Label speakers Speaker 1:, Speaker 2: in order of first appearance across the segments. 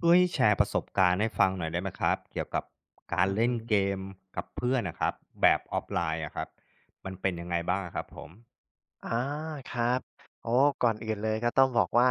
Speaker 1: ช่วยแชร์ประสบการณ์ให้ฟังหน่อยได้ไหมครับเกี่ยวกับการ
Speaker 2: อือ
Speaker 1: เล่
Speaker 2: ฮึ
Speaker 1: นเกมกับเพื่อนนะครับแบบออฟไลน์อะครับ มันเป็นยังไงบ้างอะครับผม
Speaker 2: อาครับโอ้ก่อนอื่นเลยก็ต้องบอกว่า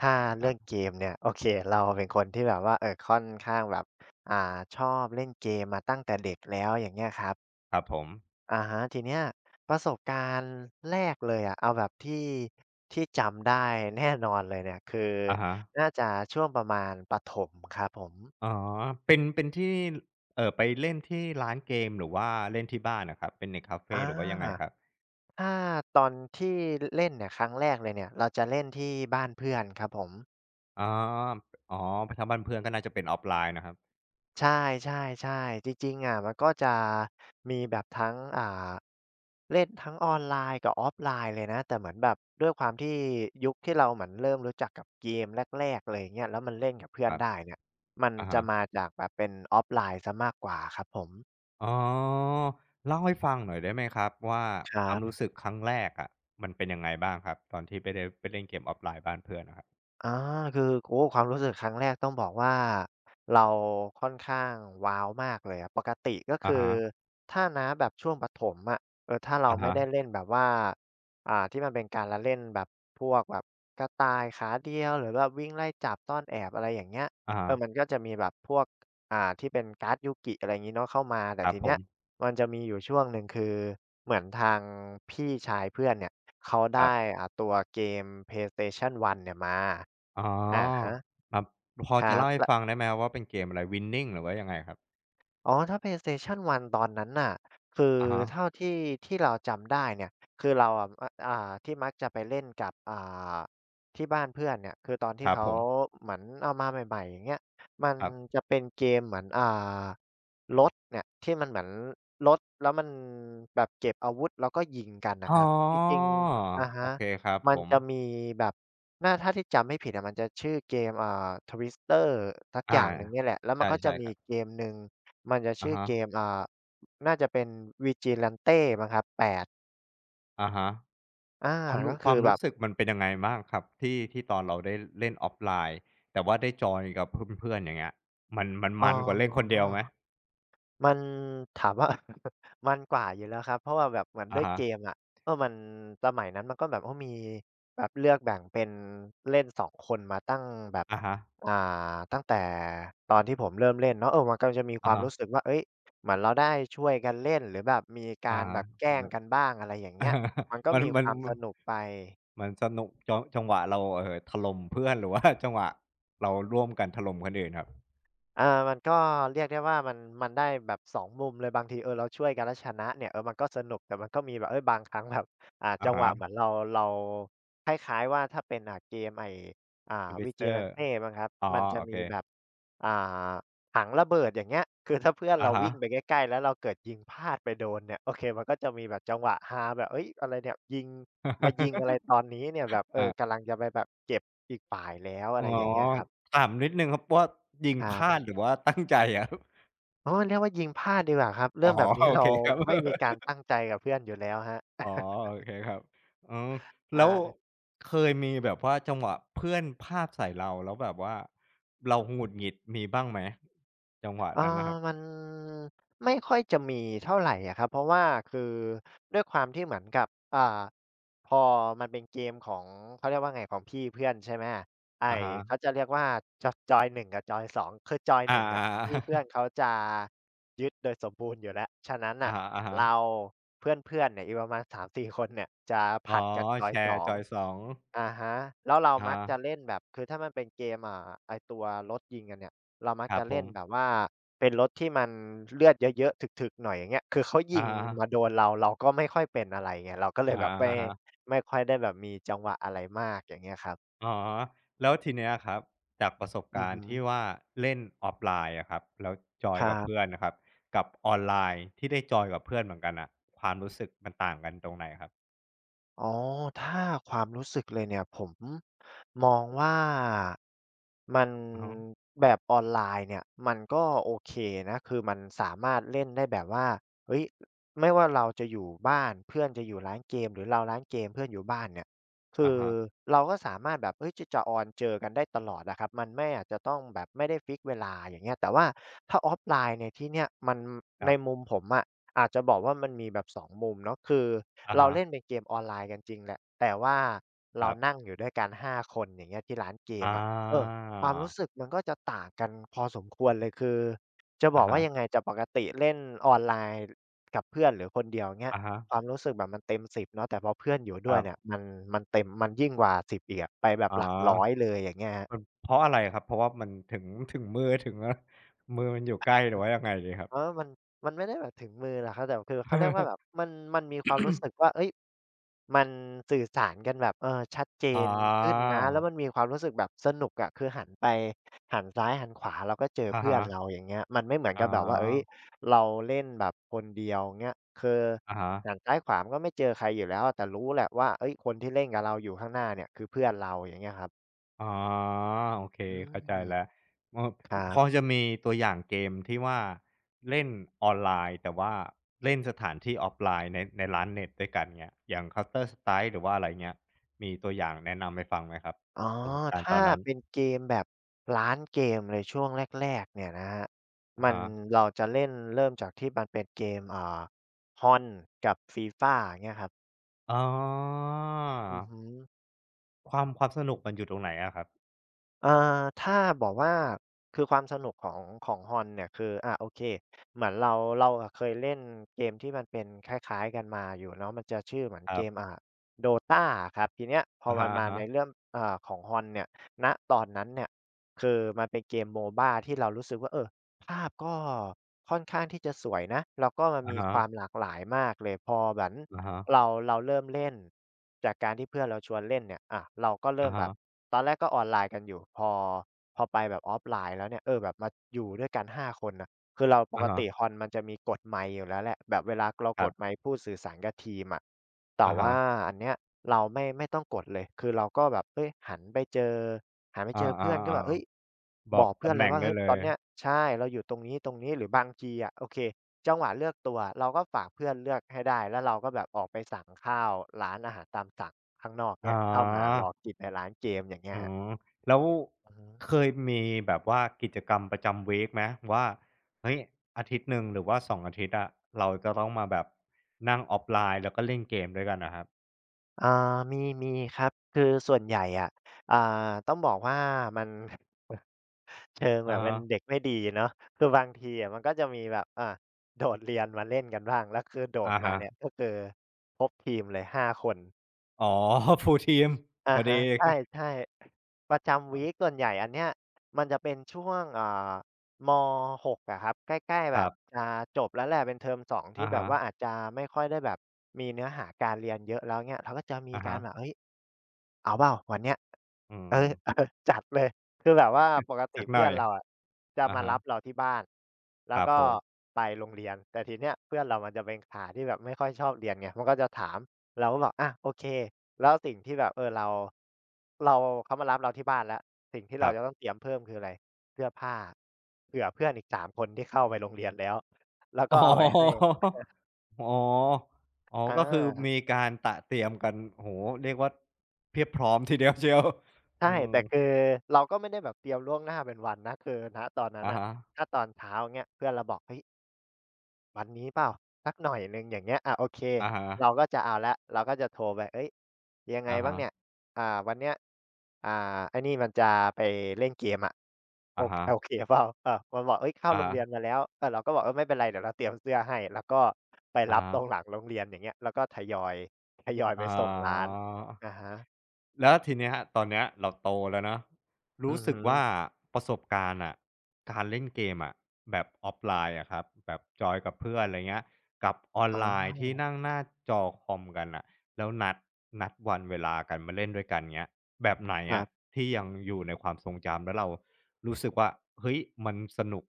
Speaker 2: ถ้าเรื่
Speaker 1: อะ
Speaker 2: องเกมเนี่ยโอเคเราเป็นคนที่แบบว่าค่อนข้างแบบอ่าชอบเล่นเกมมาตั้งแต่เด็กแล้วอย่างเงี้ยครับ
Speaker 1: ครับผม
Speaker 2: อะฮะทีเนี้ยประสบการณ์แรกเลยอะเอาแบบที่จำได้แน่นอนเลยเนี่ยคือ
Speaker 1: อะฮะ
Speaker 2: น่าจะช่วงประมาณประถมครับผม
Speaker 1: อ๋อเป็นที่ไปเล่นที่ร้านเกมหรือว่าเล่นที่บ้านนะครับเป็นในคาเฟ
Speaker 2: อา
Speaker 1: หรือว่ายังไงครับ
Speaker 2: ถ้าตอนที่เล่นเนี่ยครั้งแรกเลยเนี่ยเราจะเล่นที่บ้านเพื่อนครับผม
Speaker 1: อ๋ออ๋อถ้าบ้านเพื่อนก็น่าจะเป็นออฟไลน์นะครับ
Speaker 2: ใช่ๆๆจริงๆอะมันก็จะมีแบบทั้งเล่นทั้งออนไลน์กับออฟไลน์เลยนะแต่เหมือนแบบด้วยความที่ยุคที่เราเหมือนเริ่มรู้จักกับเกมแรกๆเลยอย่างเงี้ยแล้วมันเล่นกับเพื่อ
Speaker 1: ค
Speaker 2: น
Speaker 1: รับ
Speaker 2: ได้เนี่ยมัน
Speaker 1: อะ
Speaker 2: จะมา
Speaker 1: ฮะ
Speaker 2: จากแบบเป็นออฟไลน์เสียมากกว่าครับผม
Speaker 1: อ๋อเล่าให้ฟังหน่อยได้ไหมครับว่า
Speaker 2: ค
Speaker 1: ค
Speaker 2: รั
Speaker 1: วาม
Speaker 2: บ
Speaker 1: รู้สึกครั้งแรกอะมันเป็นยังไงบ้างครับตอนที่ไปได้ไปเล่นเกมออฟไลน์บ้านเพื่อนนะครับ
Speaker 2: อาคือโอ้ความรู้สึกครั้งแรกต้องบอกว่าเราค่อนข้างว้าวมากเลยอะปกติก็
Speaker 1: อะ
Speaker 2: คือ
Speaker 1: ฮะ
Speaker 2: ถ้าณแบบช่วงประถมอะเออถ้าเรา
Speaker 1: อะ
Speaker 2: ไม่
Speaker 1: ฮะ
Speaker 2: ได้เล่นแบบว่าที่มันเป็นการละเล่นแบบพวกแบบกระต่ายขาเดียวหรือแบบวิ่งไล่จับซ่อนแอบอะไรอย่างเงี้ย
Speaker 1: อะ
Speaker 2: เออมัน
Speaker 1: ฮะ
Speaker 2: ก็จะมีแบบพวกที่เป็นการ์ดยูกิอะไรงี้เนาะเข้ามาแต่
Speaker 1: ครับ
Speaker 2: ที
Speaker 1: ผ
Speaker 2: เนี้ย
Speaker 1: ม
Speaker 2: มันจะมีอยู่ช่วงหนึ่งคือเหมือนทางพี่ชายเพื่อนเนี่ยเขา
Speaker 1: ครั
Speaker 2: ได้
Speaker 1: บ
Speaker 2: ตัวเกม PlayStation 1เนี่ยมา
Speaker 1: อ๋
Speaker 2: อ่าฮะ
Speaker 1: อครับพอ
Speaker 2: ค
Speaker 1: จะ
Speaker 2: รับ
Speaker 1: เล่าให้
Speaker 2: และ
Speaker 1: ฟังได้ไหมครับว่าเป็นเกมอะไร Winning หรือว่ายังไงครับ
Speaker 2: อ๋อถ้า PlayStation 1ตอนนั้นน่ะคือ
Speaker 1: อะฮะ
Speaker 2: เท่าที่เราจำได้เนี่ยคือเราอะออ่าที่มักจะไปเล่นกับที่บ้านเพื่อนเนี่ยคือตอน
Speaker 1: ค
Speaker 2: ที่
Speaker 1: รับ
Speaker 2: เขา
Speaker 1: ผม
Speaker 2: เหมือนเอามาใหม่ๆอย่างเงี้ยมัน
Speaker 1: ครับ
Speaker 2: จะเป็นเกมเหมือนรถเนี่ยที่มันเหมือนรถแล้วมันแบบเก็บอาวุธแล้วก็ยิงกันน่ะ
Speaker 1: อ๋
Speaker 2: ค
Speaker 1: อ
Speaker 2: รับจริงๆอะ
Speaker 1: โอ
Speaker 2: ฮะ
Speaker 1: เคครับ
Speaker 2: มั
Speaker 1: ผ
Speaker 2: น
Speaker 1: ม
Speaker 2: จะมีแบบน่าถ้าที่จำไม่ผิดอะมันจะชื่อเกมTwister สักอ
Speaker 1: อา
Speaker 2: ย่างหนึ่งเนี่ยแหละแล้วมัน
Speaker 1: ใช่
Speaker 2: ก็จะ
Speaker 1: ใช่
Speaker 2: มี
Speaker 1: ครับ
Speaker 2: อีกเกมหนึ่ง มันจะ
Speaker 1: อะ
Speaker 2: ชื่อ
Speaker 1: ฮะ
Speaker 2: เกมน่าจะเป็น Vigilante มั้งครับ8
Speaker 1: อะฮะ
Speaker 2: อา
Speaker 1: ความรู้
Speaker 2: ก็
Speaker 1: ค
Speaker 2: คื
Speaker 1: วา
Speaker 2: อ
Speaker 1: ม
Speaker 2: แบ
Speaker 1: รู้
Speaker 2: บ
Speaker 1: สึกมันเป็นยังไงบ้างครับที่ตอนเราได้เล่นออฟไลน์แต่ว่าได้จอยกับเพื่อนๆอย่างเงี้ยมันมัน
Speaker 2: อ๋อ
Speaker 1: มันกว่าเล่นคนเดียวไหม
Speaker 2: มันถามว่า มันกว่าอยู่แล้วครับ เพราะว่าแบบเหมือนด้
Speaker 1: อะ
Speaker 2: วย
Speaker 1: ฮะ
Speaker 2: เกมอะเอมันสมัยนั้นมันก็แบบโอ้มีแบบเลือกแบ่งเป็นเล่นสองคนมาตั้งแบบ
Speaker 1: อะฮะ
Speaker 2: อ่าตั้งแต่ตอนที่ผมเริ่มเล่นเนาะเออมันก็จะมีค
Speaker 1: อะ
Speaker 2: วาม
Speaker 1: ฮะ
Speaker 2: รู้สึกว่าเฮ้ยเหมือนเราได้ช่วยกันเล่นหรือแบบมีกา
Speaker 1: อะ
Speaker 2: รแบบ
Speaker 1: ฮะ
Speaker 2: แกล้งกันบ้างอะไรอย่าง
Speaker 1: อะ
Speaker 2: เงี้ย
Speaker 1: ฮะ
Speaker 2: มัน ก็
Speaker 1: มัน
Speaker 2: มี
Speaker 1: มั
Speaker 2: ค
Speaker 1: น
Speaker 2: วาม
Speaker 1: ม
Speaker 2: ส
Speaker 1: น
Speaker 2: นุกไป
Speaker 1: เหมือนสนุกจังหวะเราถล่มเพื่อน หรือว่าจังหวะเราร่วมกันถล่มคนอื่นครับ
Speaker 2: เอามันก็เรียกได้ว่ามันได้แบบสองมุมเลยบางทีเออเราช่วยกันแล้วชนะเนี่ยเออมันก็สนุกแต่มันก็มีแบบเฮ้ยบางครั้งแบบ
Speaker 1: อะ
Speaker 2: จังห
Speaker 1: ฮะ
Speaker 2: วะเหมือนเราคล้ายๆว่าถ้าเป็นเกมไอ้อ่า
Speaker 1: Inquisitor
Speaker 2: Vigilante มั้งครับ
Speaker 1: อ๋อ
Speaker 2: มันจะ
Speaker 1: โอเค
Speaker 2: มีแบบอ่าถังระเบิดอย่างเงี้ย คือถ้าเพื่อน
Speaker 1: อะ
Speaker 2: เรา
Speaker 1: ฮะ
Speaker 2: วิ่งไปใกล้ๆแล้วเราเกิดยิงพลาดไปโดนเนี่ยโอเคมันก็จะมีแบบจังหวะฮาแบบเฮ้ยอะไรเนี่ยยิงมายิงอะไร ตอนนี้เนี่ยแบบเออ
Speaker 1: อา
Speaker 2: กำลังจะไปแบบเก็บอีกฝ่ายแล้วอะ
Speaker 1: อ๋
Speaker 2: ไร
Speaker 1: อ
Speaker 2: อย่างเงี้ยครับ
Speaker 1: ถามนิดหนึ่งครับว่ายิง
Speaker 2: ครั
Speaker 1: พลาด
Speaker 2: บ
Speaker 1: หรือว่าตั้งใจอะครับ
Speaker 2: อ๋อเรียกว่ายิงพลาดดีกว่าครับ
Speaker 1: อ๋
Speaker 2: เรื่อ
Speaker 1: อ
Speaker 2: งแบบ นี้
Speaker 1: โอ
Speaker 2: เรา
Speaker 1: เคครับ
Speaker 2: ไม่มี การตั้งใจกับเพื่อนอยู่แล้วครับ
Speaker 1: อ๋อ โอเคครับอืม
Speaker 2: อา
Speaker 1: แล้วเคยมีแบบว่าจังหวะเพื่อนพลาดใส่เราแล้วแบบว่าเราหงุดหงิดมีบ้างไหมจังหวะ
Speaker 2: เอ่อ
Speaker 1: นั้นน่ะครับ
Speaker 2: มันไม่ค่อยจะมีเท่าไหรอะครับเพราะว่าคือด้วยความที่เหมือนกับอ่าพอมันเป็นเกมของเขาเรียกว่าไงของพี่เพื่อนใช่ไหมไอ้
Speaker 1: อะ
Speaker 2: เขา
Speaker 1: ฮะ
Speaker 2: จะเรียกว่าจอยหนึ่งกับจอยสองคือจอย
Speaker 1: อา
Speaker 2: 1อะพี่เพื่อน
Speaker 1: ๆๆ
Speaker 2: เขาจะยึดโดยสมบูรณ์อยู่แล้วฉะนั้น
Speaker 1: อะ
Speaker 2: น่ะ
Speaker 1: ฮะๆ
Speaker 2: เราเพื่อนๆเนี่ยอีกประมาณ3-4คนเนี่ยจะผ
Speaker 1: อ๋
Speaker 2: ลั
Speaker 1: อ
Speaker 2: ดกันจอ
Speaker 1: แช
Speaker 2: ย
Speaker 1: ร์จ
Speaker 2: 2
Speaker 1: อย2อง
Speaker 2: อาฮะแล้วเรา
Speaker 1: อะ
Speaker 2: มั
Speaker 1: ฮะ
Speaker 2: กจะเล่นแบบคือถ้ามันเป็นเกมไอ้ตัวรถยิงกันเนี่ยเรามัก
Speaker 1: ครั
Speaker 2: จะ
Speaker 1: บผ
Speaker 2: เล่น
Speaker 1: ม
Speaker 2: แบบว่าเป็นรถที่มันเลือดเยอะๆถึกๆหน่อยอย่างเงี้ยคือเขายิ
Speaker 1: อะ
Speaker 2: ง
Speaker 1: ฮะ
Speaker 2: มาโดนเราเราก็ไม่ค่อยเป็นอะไรไงเราก็เล
Speaker 1: อะ
Speaker 2: ยแบบไม่
Speaker 1: ฮะ
Speaker 2: ไม่ค่อยได้แบบมีจังหวะอะไรมากอย่างเงี้ยครับ
Speaker 1: ๆอ๋อแล้วทีเนี้ยครับจากประสบ
Speaker 2: อือ
Speaker 1: การ
Speaker 2: ฮึ
Speaker 1: ณ์ที่ว่าเล่นออฟไลน์อะครับแล้วจอ
Speaker 2: ค
Speaker 1: ย
Speaker 2: รั
Speaker 1: กับเพื่
Speaker 2: บ
Speaker 1: อนนะครับกับออนไลน์ที่ได้จอยกับเพื่อนเหมือนกันน่ะความรู้สึกมันต่างกันตรงไหนครับ
Speaker 2: อ๋อ ถ้าความรู้สึกเลยเนี่ยผมมองว่ามัน
Speaker 1: อะฮะ
Speaker 2: แบบออนไลน์เนี่ยมันก็โอเคนะคือมันสามารถเล่นได้แบบว่าเฮ้ยไม่ว่าเราจะอยู่บ้านเพื่อนจะอยู่ร้านเกมหรือเราร้านเกมเพื่อนอยู่บ้านเนี่ยคื
Speaker 1: อะ
Speaker 2: อ
Speaker 1: ฮะ
Speaker 2: เราก็สามารถแบบเฮ้ยจะออนเจอกันได้ตลอดอะครับมันไม่อาจจะต้องแบบไม่ได้ฟิกซ์เวลาอย่างเงี้ยแต่ว่าถ้าออฟไลน์ในที่เนี้ยมัน
Speaker 1: ค
Speaker 2: ใน
Speaker 1: รั
Speaker 2: มุม
Speaker 1: บ
Speaker 2: ผมอะ อาจจะบอกว่ามันมีแบบสองมุมเนาะคือ
Speaker 1: อะ
Speaker 2: เรา
Speaker 1: ฮะ
Speaker 2: เล่นเป็นเกมออนไลน์กันจริงแหละแต่ว่า
Speaker 1: ค
Speaker 2: เรา
Speaker 1: รั
Speaker 2: นั่ง
Speaker 1: บ
Speaker 2: อยู่ด้วยกัน5คนอย่างเงี้ยที่ร้านเกม
Speaker 1: อา
Speaker 2: อะเออความรู้สึกมันก็จะต่างกันพอสมควรเลยคือจะบ
Speaker 1: อะ
Speaker 2: อก
Speaker 1: ฮะ
Speaker 2: ว่ายังไงจากปกติเล่นออนไลน์กับเพื่อนหรือคนเดียวอย่างเงี้ย
Speaker 1: อะฮะ
Speaker 2: ความรู้สึกแบบมันเต็มสิบเนาะแต่พอเพื่อนอยู่
Speaker 1: ค
Speaker 2: ด้ว
Speaker 1: รั
Speaker 2: ย
Speaker 1: บ
Speaker 2: เนี่ยมันเต็มมันยิ่งกว่า10อีกอะไปแบบ
Speaker 1: อ๋อ
Speaker 2: หลักร้อยเลยอย่างเงี้ยครับ
Speaker 1: มันเพราะอะไรครับเพราะว่ามันถึงถึงมือถึงอะมือมันอยู่ใกล้หรือว่ายังไงดีครับ
Speaker 2: เออมันมันไม่ได้แบบถึงมือหรอกครับแต่คือเขาเรียกว่าแบบ มันมีความรู้สึกว่าเฮ้ย มันสื่อสารกันแบบเออชัดเจ
Speaker 1: อ๋อ
Speaker 2: นขึ้นนะแล้วมันมีความรู้สึกแบบสนุกอะคือหันไปหันซ้ายหันขวาเราก็เจอ
Speaker 1: อะ
Speaker 2: เพื่อ
Speaker 1: ฮะ
Speaker 2: นเราอย่างเงี้ยมันไม่เหมือน
Speaker 1: อ๋
Speaker 2: กับแบบว่าเฮ้ย
Speaker 1: อ
Speaker 2: เราเล่นแบบคนเดียวเงี้ยคือ
Speaker 1: อะฮะ
Speaker 2: หันซ้ายขวามันก็ไม่เจอใครอยู่แล้วแต่รู้แหละว่าเฮ้ยคนที่เล่นกับเราอยู่ข้างหน้าเนี่ยคือเพื่อนเราอย่างเงี้ยครับ
Speaker 1: อ๋อโอเค
Speaker 2: อื
Speaker 1: เข้าใจ
Speaker 2: ม
Speaker 1: แล้วเอ่อ
Speaker 2: ครั
Speaker 1: พอ
Speaker 2: บ
Speaker 1: จะมีตัวอย่างเกมที่ว่าเล่นออนไลน์แต่ว่าเล่นสถานที่ออฟไลน์ในร้านเน็ตด้วยกันเงี้ยอย่าง Counter Strike หรือว่าอะไรเงี้ยมีตัวอย่างแนะนำให้ฟังไหมครับ
Speaker 2: อ๋อ
Speaker 1: ประสบการณ์ตอ
Speaker 2: ถ้า
Speaker 1: นนั้น
Speaker 2: เป็นเกมแบบร้านเกมเลยช่วงแรกๆเนี่ยนะครับ
Speaker 1: อะ
Speaker 2: มัน
Speaker 1: ฮะ
Speaker 2: เราจะเล่นเริ่มจากที่มันเป็นเกมHON กับ FIFA อย่างเงี้ยครับ
Speaker 1: อ๋อ
Speaker 2: อือฮึ
Speaker 1: ความสนุกมันอยู่ตรงไหนอะครับ
Speaker 2: เอ่อถ้าบอกว่าคือความสนุกของ HON เนี่ยคือโอเคเหมือนเราอะเคยเล่นเกมที่มันเป็นคล้ายๆกันมาอยู่เนาะมันจะชื่อเหมือน
Speaker 1: ค
Speaker 2: เก
Speaker 1: รั
Speaker 2: ม
Speaker 1: บ
Speaker 2: Dota อะครับทีเนี้ยพอ
Speaker 1: อะ
Speaker 2: มัน
Speaker 1: ฮะ
Speaker 2: มาในเรื่องของ HON เนี่ยณตอนนั้นเนี่ยคือมันเป็นเกม MOBA ที่เรารู้สึกว่าเออ ภาพก็ค่อนข้างที่จะสวยนะแล้วก็มัน
Speaker 1: ๆอะ
Speaker 2: มี
Speaker 1: ฮะ
Speaker 2: ควา
Speaker 1: ๆ
Speaker 2: มหลากหลายมากเลยพอเหมือน
Speaker 1: ๆฮะ
Speaker 2: เราเริ่มเล่นจากการที่เพื่อนเราชวนเล่นเนี่ยอะเราก็เริ่
Speaker 1: อะ
Speaker 2: มแบบ
Speaker 1: ฮะ
Speaker 2: ตอนแรกก็ออนไลน์กันอยู่พอไปแบบออฟไลน์แล้วเนี่ยเออแบบมาอยู่ด้วยกันห้าคนน่ะ คือเราป
Speaker 1: อะ
Speaker 2: ก
Speaker 1: ฮะอะ
Speaker 2: ติฮ
Speaker 1: ฮะ
Speaker 2: อนมันจะมีกดไมค์อยู่แล้วแหละแบบเวลาเรา
Speaker 1: ค
Speaker 2: ก
Speaker 1: รั
Speaker 2: ดไม
Speaker 1: บ
Speaker 2: ค์พูดสื่อสารกับทีมอะแต่
Speaker 1: อะ
Speaker 2: ว่า
Speaker 1: ฮะ
Speaker 2: อันเนี้ยเราไม่ต้องกดเลยคือเราก็แบบเฮ้ยหันไปเจอหันไปเจ
Speaker 1: อา
Speaker 2: อเพื่อนก็แบบเฮ้ย
Speaker 1: ๆๆ บ
Speaker 2: บ
Speaker 1: อก
Speaker 2: อกเพื่อ
Speaker 1: ตำ
Speaker 2: น
Speaker 1: แห
Speaker 2: เลย
Speaker 1: น่ง
Speaker 2: ว่า
Speaker 1: ได้
Speaker 2: เฮ้ย
Speaker 1: เล
Speaker 2: ตอ
Speaker 1: ย
Speaker 2: นเนี้ยใช่เราอยู่ตรงนี้ๆหรือบางทีอะโอเคจังหวะเลือกตัวเราก็ฝากเพื่อนเลือกให้ได้แล้วเราก็แบบออกไปสั่งข้าวร้านอาหารตามสั่งข้างนอก
Speaker 1: อ๋อ
Speaker 2: เนี่ยเข้ามารอกินในร้านเกมอย่างเงี้ย
Speaker 1: อื
Speaker 2: ครับ
Speaker 1: มแล้ว
Speaker 2: อือฮึ
Speaker 1: เคยมีแบบว่ากิจกรรมประจำวีกไหมว่าเฮ้ยอาทิตย์หนึ่งหรือว่าสองอาทิตย์อะเราจะต้องมาแบบนั่งออฟไลน์แล้วก็เล่นเกมด้วยกันอะครับ
Speaker 2: อ่ามีมีครับคือส่วนใหญ่อะอ่าต้องบอกว่ามัน เชิงแบ
Speaker 1: อะ
Speaker 2: บเป็น
Speaker 1: ฮะ
Speaker 2: เด็กไม่ดีเนาะคือบางทีอะมันก็จะมีแบบโดดเรียนมาเล่นกันบ้างแล้วคือโดด
Speaker 1: อะ
Speaker 2: มา
Speaker 1: ฮะ
Speaker 2: เนี่ยก็คือครบทีมเลย5คน
Speaker 1: อ๋อ full team พ
Speaker 2: อา
Speaker 1: อ
Speaker 2: ฮะ
Speaker 1: ดี
Speaker 2: ใช่ประจำวีก
Speaker 1: อ
Speaker 2: ส่วนใหญ่อันเนี้ยมันจะเป็นช่วงม6อะครับใกล้ๆ
Speaker 1: ค
Speaker 2: แบ
Speaker 1: รั
Speaker 2: บ
Speaker 1: บ
Speaker 2: จะจบแล้วแหละเป็นเทอม2ที่
Speaker 1: อะ
Speaker 2: แบบ
Speaker 1: ฮะ
Speaker 2: ว่าอาจจะไม่ค่อยได้แบบมีเนื้อหาการเรียนเยอะแล้วเนี่ยเราก็จะมี
Speaker 1: อะ
Speaker 2: กา
Speaker 1: ฮะ
Speaker 2: รแบบเฮ้ยเอาเปล่าวันเนี้ย
Speaker 1: อื
Speaker 2: เออ เอ
Speaker 1: ม
Speaker 2: จัดเลยคือแบบ
Speaker 1: สั
Speaker 2: ว่า
Speaker 1: ก
Speaker 2: ปก ติ
Speaker 1: สักห
Speaker 2: เพื่
Speaker 1: น่อ
Speaker 2: อ
Speaker 1: ย
Speaker 2: นเราอะจะ
Speaker 1: อะ
Speaker 2: มา
Speaker 1: ฮะ
Speaker 2: รับเราที่บ้าน
Speaker 1: ค
Speaker 2: แล้ว
Speaker 1: รับ
Speaker 2: ก็
Speaker 1: ผม
Speaker 2: ไปโรงเรียน แต่ทีเนี้ยเพื่อนเรามันจะเป็นขาที่แบบไม่ค่อยชอบเรียนไงมันก็จะถามเราก็บอกอะโอเคแล้วสิ่งที่แบบเออเราเขามารับเราที่บ้านแล้วสิ่งที่
Speaker 1: ค
Speaker 2: เรา
Speaker 1: รับ
Speaker 2: จะต้องเตรียมเพิ่มคืออะไรเสื้อผ้าเผื่อเพื่อนอีกสามคนที่เข้าไปโรงเรียนแล้วแล้ว
Speaker 1: อ๋อ
Speaker 2: ก็เอาไวให้
Speaker 1: อ๋อ อ๋อ
Speaker 2: อ
Speaker 1: ก็คือ
Speaker 2: า
Speaker 1: มีการตระเตรียมกันโอ้โฮเรียกว่าเพียบพร้อมทีเดียวเชียว เอ
Speaker 2: ใช่
Speaker 1: อ
Speaker 2: แต่คือเราก็ไม่ได้แบบเตรียมล่วงหน้าเป็นวันนะคือนะตอนนั้น
Speaker 1: อะ
Speaker 2: อ่ะ
Speaker 1: ฮะ
Speaker 2: ถ้าตอนเช้า่งเงี้ยเพื่อนเราบอกเฮ้ย วันนี้เปล่าสักหน่อยหนึ่งอย่างเงี้ยอาโอเค
Speaker 1: อะฮะ
Speaker 2: เราก็จะเอาแล้วเราก็จะโทรไปเฮ้ยยังไง
Speaker 1: อะ
Speaker 2: บ้าง
Speaker 1: ฮะ
Speaker 2: เนี่ยอ่าวันเนี้ยอ่าไอ้นี่มันจะไปเล่นเกมอะโอ
Speaker 1: อะฮะ
Speaker 2: โอเคเปล่าเออมันบอกเฮ้ยเข้า
Speaker 1: อะ
Speaker 2: โรง
Speaker 1: ฮะ
Speaker 2: เรียนมาแล้วเออเราก็บอกเออไม่เป็นไรเดี๋ยวเราเตรียมเสื้อให้แล้วก็ไป
Speaker 1: อะ
Speaker 2: รับตรง
Speaker 1: ฮะ
Speaker 2: หลังโรงเรียนอย่างเงี้ยแล้วก็ทยอย
Speaker 1: อะฮะ
Speaker 2: ไป
Speaker 1: อ๋
Speaker 2: ส่งร้านอะ
Speaker 1: อ
Speaker 2: ฮะ
Speaker 1: แล้วทีเนี้ยตอนเนี้ยเราโตแล้วเนาะ
Speaker 2: อื
Speaker 1: รู้
Speaker 2: อ
Speaker 1: สึ
Speaker 2: ฮึ
Speaker 1: กว่าประสบการณ์อะการเล่นเกมอะแบบออฟไลน์อะครับแบบจอยกับเพื่อนอะไรเงี้ยกับออน
Speaker 2: อ๋อ
Speaker 1: ไลน์ที่นั่งหน้าจอคอมกันน่ะแล้วนัดวันเวลากันมาเล่นด้วยกันเงี้ยแบบไหน
Speaker 2: ครั
Speaker 1: อะ
Speaker 2: บ
Speaker 1: ที่ยังอยู่ในความทรงจำแล้วเรารู้สึกว่าเฮ้ยมันสนุก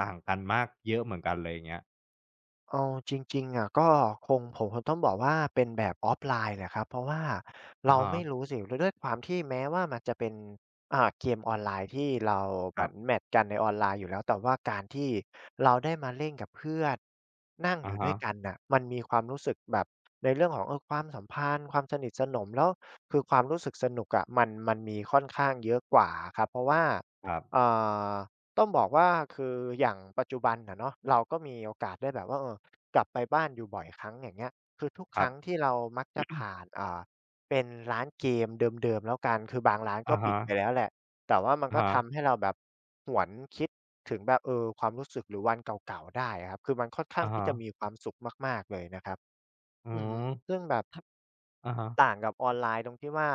Speaker 1: ต่างกันมากเยอะเหมือนกันเลยเงี้ย
Speaker 2: เอาจริงๆอะก็ผมคงต้องบอกว่าเป็นแบบออฟไลน์แหละครับเพราะว่า
Speaker 1: อะ
Speaker 2: เรา
Speaker 1: ฮะ
Speaker 2: ไม่รู้สิด้วยความที่แม้ว่ามันจะเป็นเกมออนไลน์ที่เราเห
Speaker 1: ค
Speaker 2: มื
Speaker 1: รั
Speaker 2: อนแม
Speaker 1: บ
Speaker 2: ตช์กันในออนไลน์อยู่แล้วแต่ว่าการที่เราได้มาเล่นกับเพื่อนนั่งอ
Speaker 1: อะ
Speaker 2: ยู่ด้ว
Speaker 1: ฮะ
Speaker 2: ยกันน่ะมันมีความรู้สึกแบบในเรื่องของความสัมพันธ์ความสนิทสนมแล้วคือความรู้สึกสนุกอะมันมีค่อนข้างเยอะกว่าอะครับเพราะว่า
Speaker 1: ครับ
Speaker 2: เอ่อ ต้องบอกว่าคืออย่างปัจจุบันอะเนาะเราก็มีโอกาสได้แบบว่ากลับไปบ้านอยู่บ่อยครั้งอย่างเงี้ยคือทุก
Speaker 1: ค
Speaker 2: ค
Speaker 1: รั
Speaker 2: รั้
Speaker 1: บ
Speaker 2: งที่เรามักจะผ่านเป็นร้านเกมเดิมๆแล้วกันคือบางร้านก็
Speaker 1: อะ
Speaker 2: ปิด
Speaker 1: ฮะ
Speaker 2: ไปแล้วแหละแต่ว่ามัน
Speaker 1: อะ
Speaker 2: ก็
Speaker 1: ฮะ
Speaker 2: ทำให้เราแบบหวนคิดถึงแบบความรู้สึกหรือวันเก่าๆได้อะครับคือมันค่อนข้าง
Speaker 1: อะ
Speaker 2: ที่
Speaker 1: ฮะ
Speaker 2: จะมีความสุขมากๆเลยนะครับ
Speaker 1: อื
Speaker 2: อือฮึ
Speaker 1: ม
Speaker 2: ซึ่งแบบ
Speaker 1: อะฮะ
Speaker 2: ต่างกับออนไลน์ตรงที่ว่า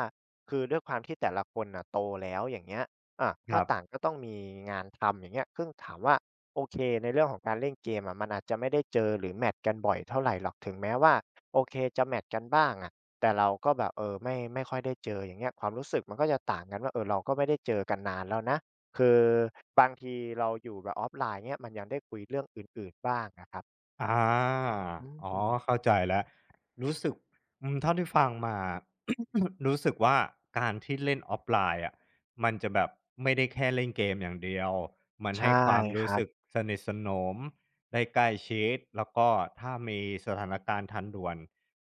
Speaker 2: คือด้วยความที่แต่ละคนน่ะโตแล้วอย่างเงี้ย
Speaker 1: ค
Speaker 2: ก็
Speaker 1: รั
Speaker 2: ต่าง
Speaker 1: บ
Speaker 2: ก็ต้องมีงานทำอย่างเงี้ยซึ่งถามว่าโอเคในเรื่องของการเล่นเกมอะมันอาจจะไม่ได้เจอหรือแมตช์กันบ่อยเท่าไรหรอกถึงแม้ว่าโอเคจะแมตช์กันบ้างอะแต่เราก็แบบไม่ค่อยได้เจออย่างเงี้ยความรู้สึกมันก็จะต่างกันว่าเราก็ไม่ได้เจอกันนานแล้วนะคือบางทีเราอยู่แบบออฟไลน์เงี้ยมันยังได้คุยเรื่องอื่นๆบ้างอะครับ
Speaker 1: อา
Speaker 2: อื
Speaker 1: อ๋อ
Speaker 2: ม
Speaker 1: เข้าใจแล้วรู้สึกอืมเท่าที่ฟังมา รู้สึกว่าการที่เล่นออฟไลน์อะมันจะแบบไม่ได้แค่เล่นเกมอย่างเดียวมัน
Speaker 2: ใช่
Speaker 1: ให้ความ
Speaker 2: ค
Speaker 1: รู้
Speaker 2: รั
Speaker 1: สึก
Speaker 2: บ
Speaker 1: สนิทสนมได้ใกล้ชิดแล้วก็ถ้ามีสถานการณ์ทันด่วน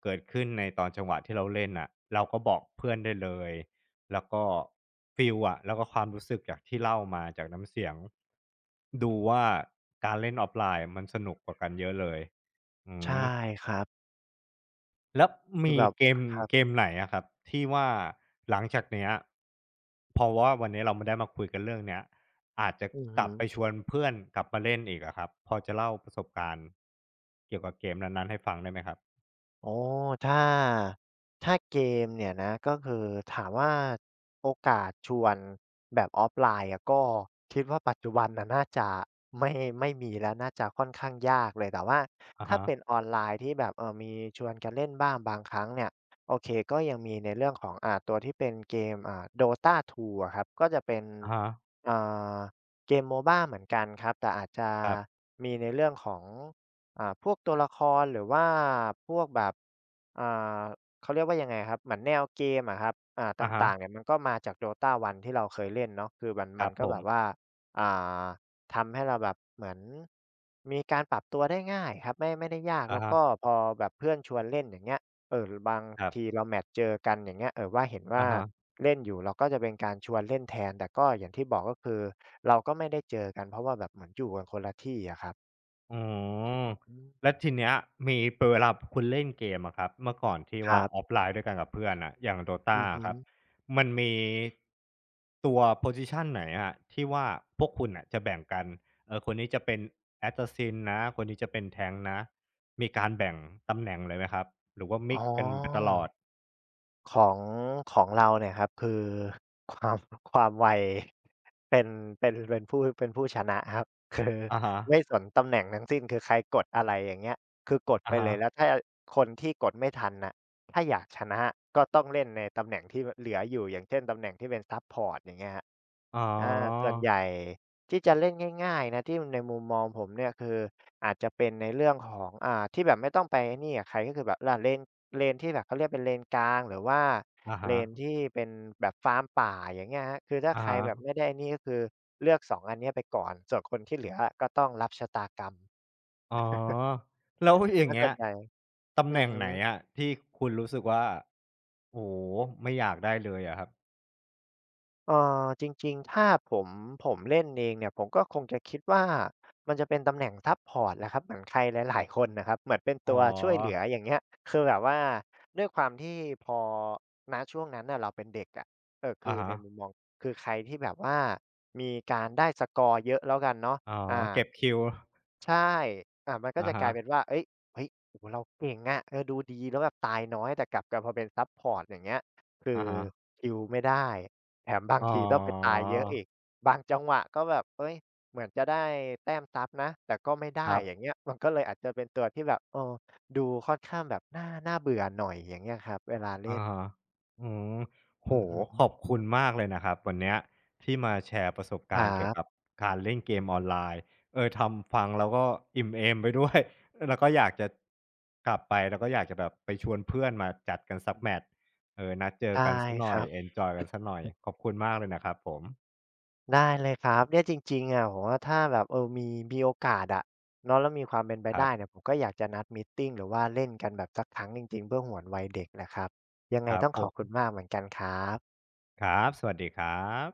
Speaker 1: เกิดขึ้นในตอนจังหวะที่เราเล่นน่ะเราก็บอกเพื่อนได้เลย แล้วก็ฟีลอะแล้วก็ความรู้สึกจากที่เล่ามาจากน้ำเสียงดูว่าการเล่นออฟไลน์มันสนุกกว่ากันเยอะเลยอื
Speaker 2: ใช่
Speaker 1: ม
Speaker 2: ครับ
Speaker 1: แล้ว
Speaker 2: คือ
Speaker 1: มี
Speaker 2: แบบ
Speaker 1: เกม
Speaker 2: ครับ
Speaker 1: ไหนอะครับที่ว่าหลังจากเนี้ยเพราะว่าวันนี้เราไม่ได้มาคุยกันเรื่องเนี้ยอาจจะ
Speaker 2: อือ
Speaker 1: ก
Speaker 2: ฮึ
Speaker 1: ลับไปชวนเพื่อนกลับมาเล่นอีกอะครับพอจะเล่าประสบการณ์เกี่ยวกับเกมนั้นๆให้ฟังได้ไหมครับ
Speaker 2: อ๋อถ้าถ้าเกมเนี่ยนะก็คือถามว่าโอกาสชวนแบบออฟไลน์อะก็คิดว่าปัจจุบันน่ะน่าจะไม่ไม่มีแล้วน่าจะค่อนข้างยากเลยแต่ว่า
Speaker 1: อะ
Speaker 2: ถ้า
Speaker 1: ฮะ
Speaker 2: เป็นออนไลน์ที่แบบมีชวนกันเล่นบ้างบางครั้งเนี่ยโอเคก็ยังมีในเรื่องของตัวที่เป็นเกมDota 2อะครับก็จะเป็น
Speaker 1: อะฮะ
Speaker 2: อ่าเกม MOBA เหมือนกันครับแต่อาจจะ
Speaker 1: ครับ
Speaker 2: มีในเรื่องของ พวกตัวละครหรือว่าพวกแบบอ่าเขาเรียกว่ายังไงครับเหมือนแนวเกมอะครับต
Speaker 1: อะฮะ
Speaker 2: ่างๆเนี่ยมันก็มาจาก Dota 1ที่เราเคยเล่นเนาะคือมัน
Speaker 1: ค
Speaker 2: มั
Speaker 1: รั
Speaker 2: น
Speaker 1: บ
Speaker 2: ก็
Speaker 1: ผ
Speaker 2: แบ
Speaker 1: ม
Speaker 2: บว่าอ่าทำให้เราแบบเหมือนมีการปรับตัวได้ง่ายครับไม่ได้ยาก
Speaker 1: อะ
Speaker 2: แล้ว
Speaker 1: ฮะ
Speaker 2: ก็พอแบบเพื่อนชวนเล่นอย่างเงี้ยบาง
Speaker 1: ครั
Speaker 2: ที
Speaker 1: บ
Speaker 2: เราแมตช์เจอกันอย่างเงี้ยว่าเห็นว่า
Speaker 1: อะฮะ
Speaker 2: เล่นอยู่เราก็จะเป็นการชวนเล่นแทนแต่ก็อย่างที่บอกก็คือเราก็ไม่ได้เจอกันเพราะว่าแบบเหมือนอยู่กันคนละที่อะครับ
Speaker 1: อ๋อ
Speaker 2: อืม
Speaker 1: แล้วทีเนี้ยมีเปเวลาคุณเล่นเกมอะครับเมื่อก่อนที่
Speaker 2: ค
Speaker 1: ว่า
Speaker 2: รั
Speaker 1: ออ
Speaker 2: บ
Speaker 1: ฟไลน์ด้วยกันกับเพื่อนอะอย่าง Dota
Speaker 2: อือฮึ
Speaker 1: อะครับมันมีตัวโพซิชันไหนอะที่ว่าพวกคุณอะจะแบ่งกันคนนี้จะเป็น Assassin นะคนนี้จะเป็นแทง k นะมีการแบ่งตำแหน่งเลยไหมครับหรือว่า
Speaker 2: อ๋
Speaker 1: มิ
Speaker 2: อ
Speaker 1: กกันไปตลอด
Speaker 2: ของของเราเนี่ยครับคือ ความความไวเป็นเป็นผู้ชนะครับ คือ
Speaker 1: อะฮะ
Speaker 2: ไม่สนตำแหน่งทั้งสิ้นคือใครกดอะไรอย่างเงี้ยคือกดไป
Speaker 1: อะ
Speaker 2: เล
Speaker 1: ฮะ
Speaker 2: ยแล้วถ้าคนที่กดไม่ทันน่ะถ้าอยากชนะก็ต้องเล่นในตำแหน่งที่วเหลืออยู่อย่างเช่นตำแหน่งที่เป็นซัปพอร์ตอย่างเงี้ยครับ
Speaker 1: อ๋อ
Speaker 2: อาส่วนใหญ่ที่จะเล่นง่ายๆนะที่ในมุมมองผมเนี่ยคืออาจจะเป็นในเรื่องของที่แบบไม่ต้องไปไอ้นี่กับใครก็คือแบบเลนที่แบบเขาเรียกเป็นเลนกลางหรือว่า
Speaker 1: อะ
Speaker 2: เลน
Speaker 1: ฮะ
Speaker 2: ที่เป็นแบบฟาร์มป่าอย่างเงี้ยครับคือถ้า
Speaker 1: อะ
Speaker 2: ใคร
Speaker 1: ฮะ
Speaker 2: แบบไม่ได้ไอ้นี่ก็คือเลือก2องอันเนี้ยไปก่อนส่วนคนที่เหลืออะก็ต้องรับชะตากรรม
Speaker 1: อ๋อแล้วอย่า
Speaker 2: ถ้า
Speaker 1: ง
Speaker 2: ส่
Speaker 1: เงี้
Speaker 2: ว
Speaker 1: ย
Speaker 2: นใหญ่
Speaker 1: ตำแห
Speaker 2: อือ
Speaker 1: น่ง
Speaker 2: ฮึ
Speaker 1: ไหนอะที่คุณรู้สึกว่าโอ้โฮไม่อยากได้เลยอะครับ
Speaker 2: จริงๆถ้าผมเล่นเองเนี่ยผมก็คงจะคิดว่ามันจะเป็นตำแหน่งซัปพอร์ตแหละครับเหมือนใครหลายๆคนน่ะครับเหมือนเป็น
Speaker 1: อ๋อ
Speaker 2: ตัวช่วยเหลืออย่างเงี้ยคือแบบว่าด้วยความที่พอณช่วงนั้นน่ะเราเป็นเด็กอะคื
Speaker 1: อะ
Speaker 2: อ
Speaker 1: ฮะ
Speaker 2: ในมุมมองคือใครที่แบบว่ามีการได้สกอร์เยอะแล้วกันเนาะ
Speaker 1: อ๋อ
Speaker 2: อา
Speaker 1: เก็บคิว
Speaker 2: ใช่มันก็
Speaker 1: อะ
Speaker 2: จะก
Speaker 1: ฮะ
Speaker 2: ลาย
Speaker 1: ๆ
Speaker 2: เป็นว่าเฮ้ยเฮ้ยโอ้โฮเราเก่งอะดูดีแล้วแบบตายน้อย แต่กลับกันพอเป็นซัปพอร์ตอย่างเงี้ยคือฮีลไม่ได้แถมบาง
Speaker 1: อ๋อ
Speaker 2: ทีต้องไปตายเยอะอีกบางจังหวะก็แบบเฮ้ยเหมือนจะได้แต้มซับนะแต่ก็ไม่
Speaker 1: ค
Speaker 2: ได้
Speaker 1: รั
Speaker 2: อย่างเงี้
Speaker 1: บ
Speaker 2: ยมันก็เลยอาจจะเป็นตัวที่แบบดูค่อนข้างแบบน่าเบื่อหน่อยอย่างเงี้ยครับเวลาเล่
Speaker 1: อะ
Speaker 2: น
Speaker 1: ฮะอืมโห
Speaker 2: อือ
Speaker 1: ฮข
Speaker 2: ฮึ
Speaker 1: อบคุณมากเลยนะครับวันเนี้ยที่มาแชร์ประสบ
Speaker 2: ค
Speaker 1: กา
Speaker 2: รั
Speaker 1: รณ์เกี่ยวกับ
Speaker 2: บ
Speaker 1: การเล่นเกมออนไลน์ทำฟังแล้วก็อิ่มเอมไปด้วย แล้วก็อยากจะกลับไปแล้วก็อยากจะแบบไปชวนเพื่อนมาจัดกันสักแมตช์นัดเจอ
Speaker 2: ใช่
Speaker 1: กันสักห
Speaker 2: ค
Speaker 1: น่อ
Speaker 2: รั
Speaker 1: ยเอ
Speaker 2: บ
Speaker 1: นจอยกันสักหน่อยขอบคุณมากเลยนะครับผม
Speaker 2: ได้เลยครับเนี่ยจริงๆอะผมว่าถ้าแบบมีโอกาสอะเนาะแล้วมีความเป็นไป
Speaker 1: ครั
Speaker 2: ได้
Speaker 1: บ
Speaker 2: เนี่ยผมก็อยากจะนัดมีตติงหรือว่าเล่นกันแบบสักครั้งจริงๆเพื่อหวนวัยเด็กแหละครับยังไง
Speaker 1: ครับ
Speaker 2: ต้อง
Speaker 1: ผ
Speaker 2: ขอบ
Speaker 1: ม
Speaker 2: คุณมากเหมือนกันครับ
Speaker 1: ครับสวัสดีครับ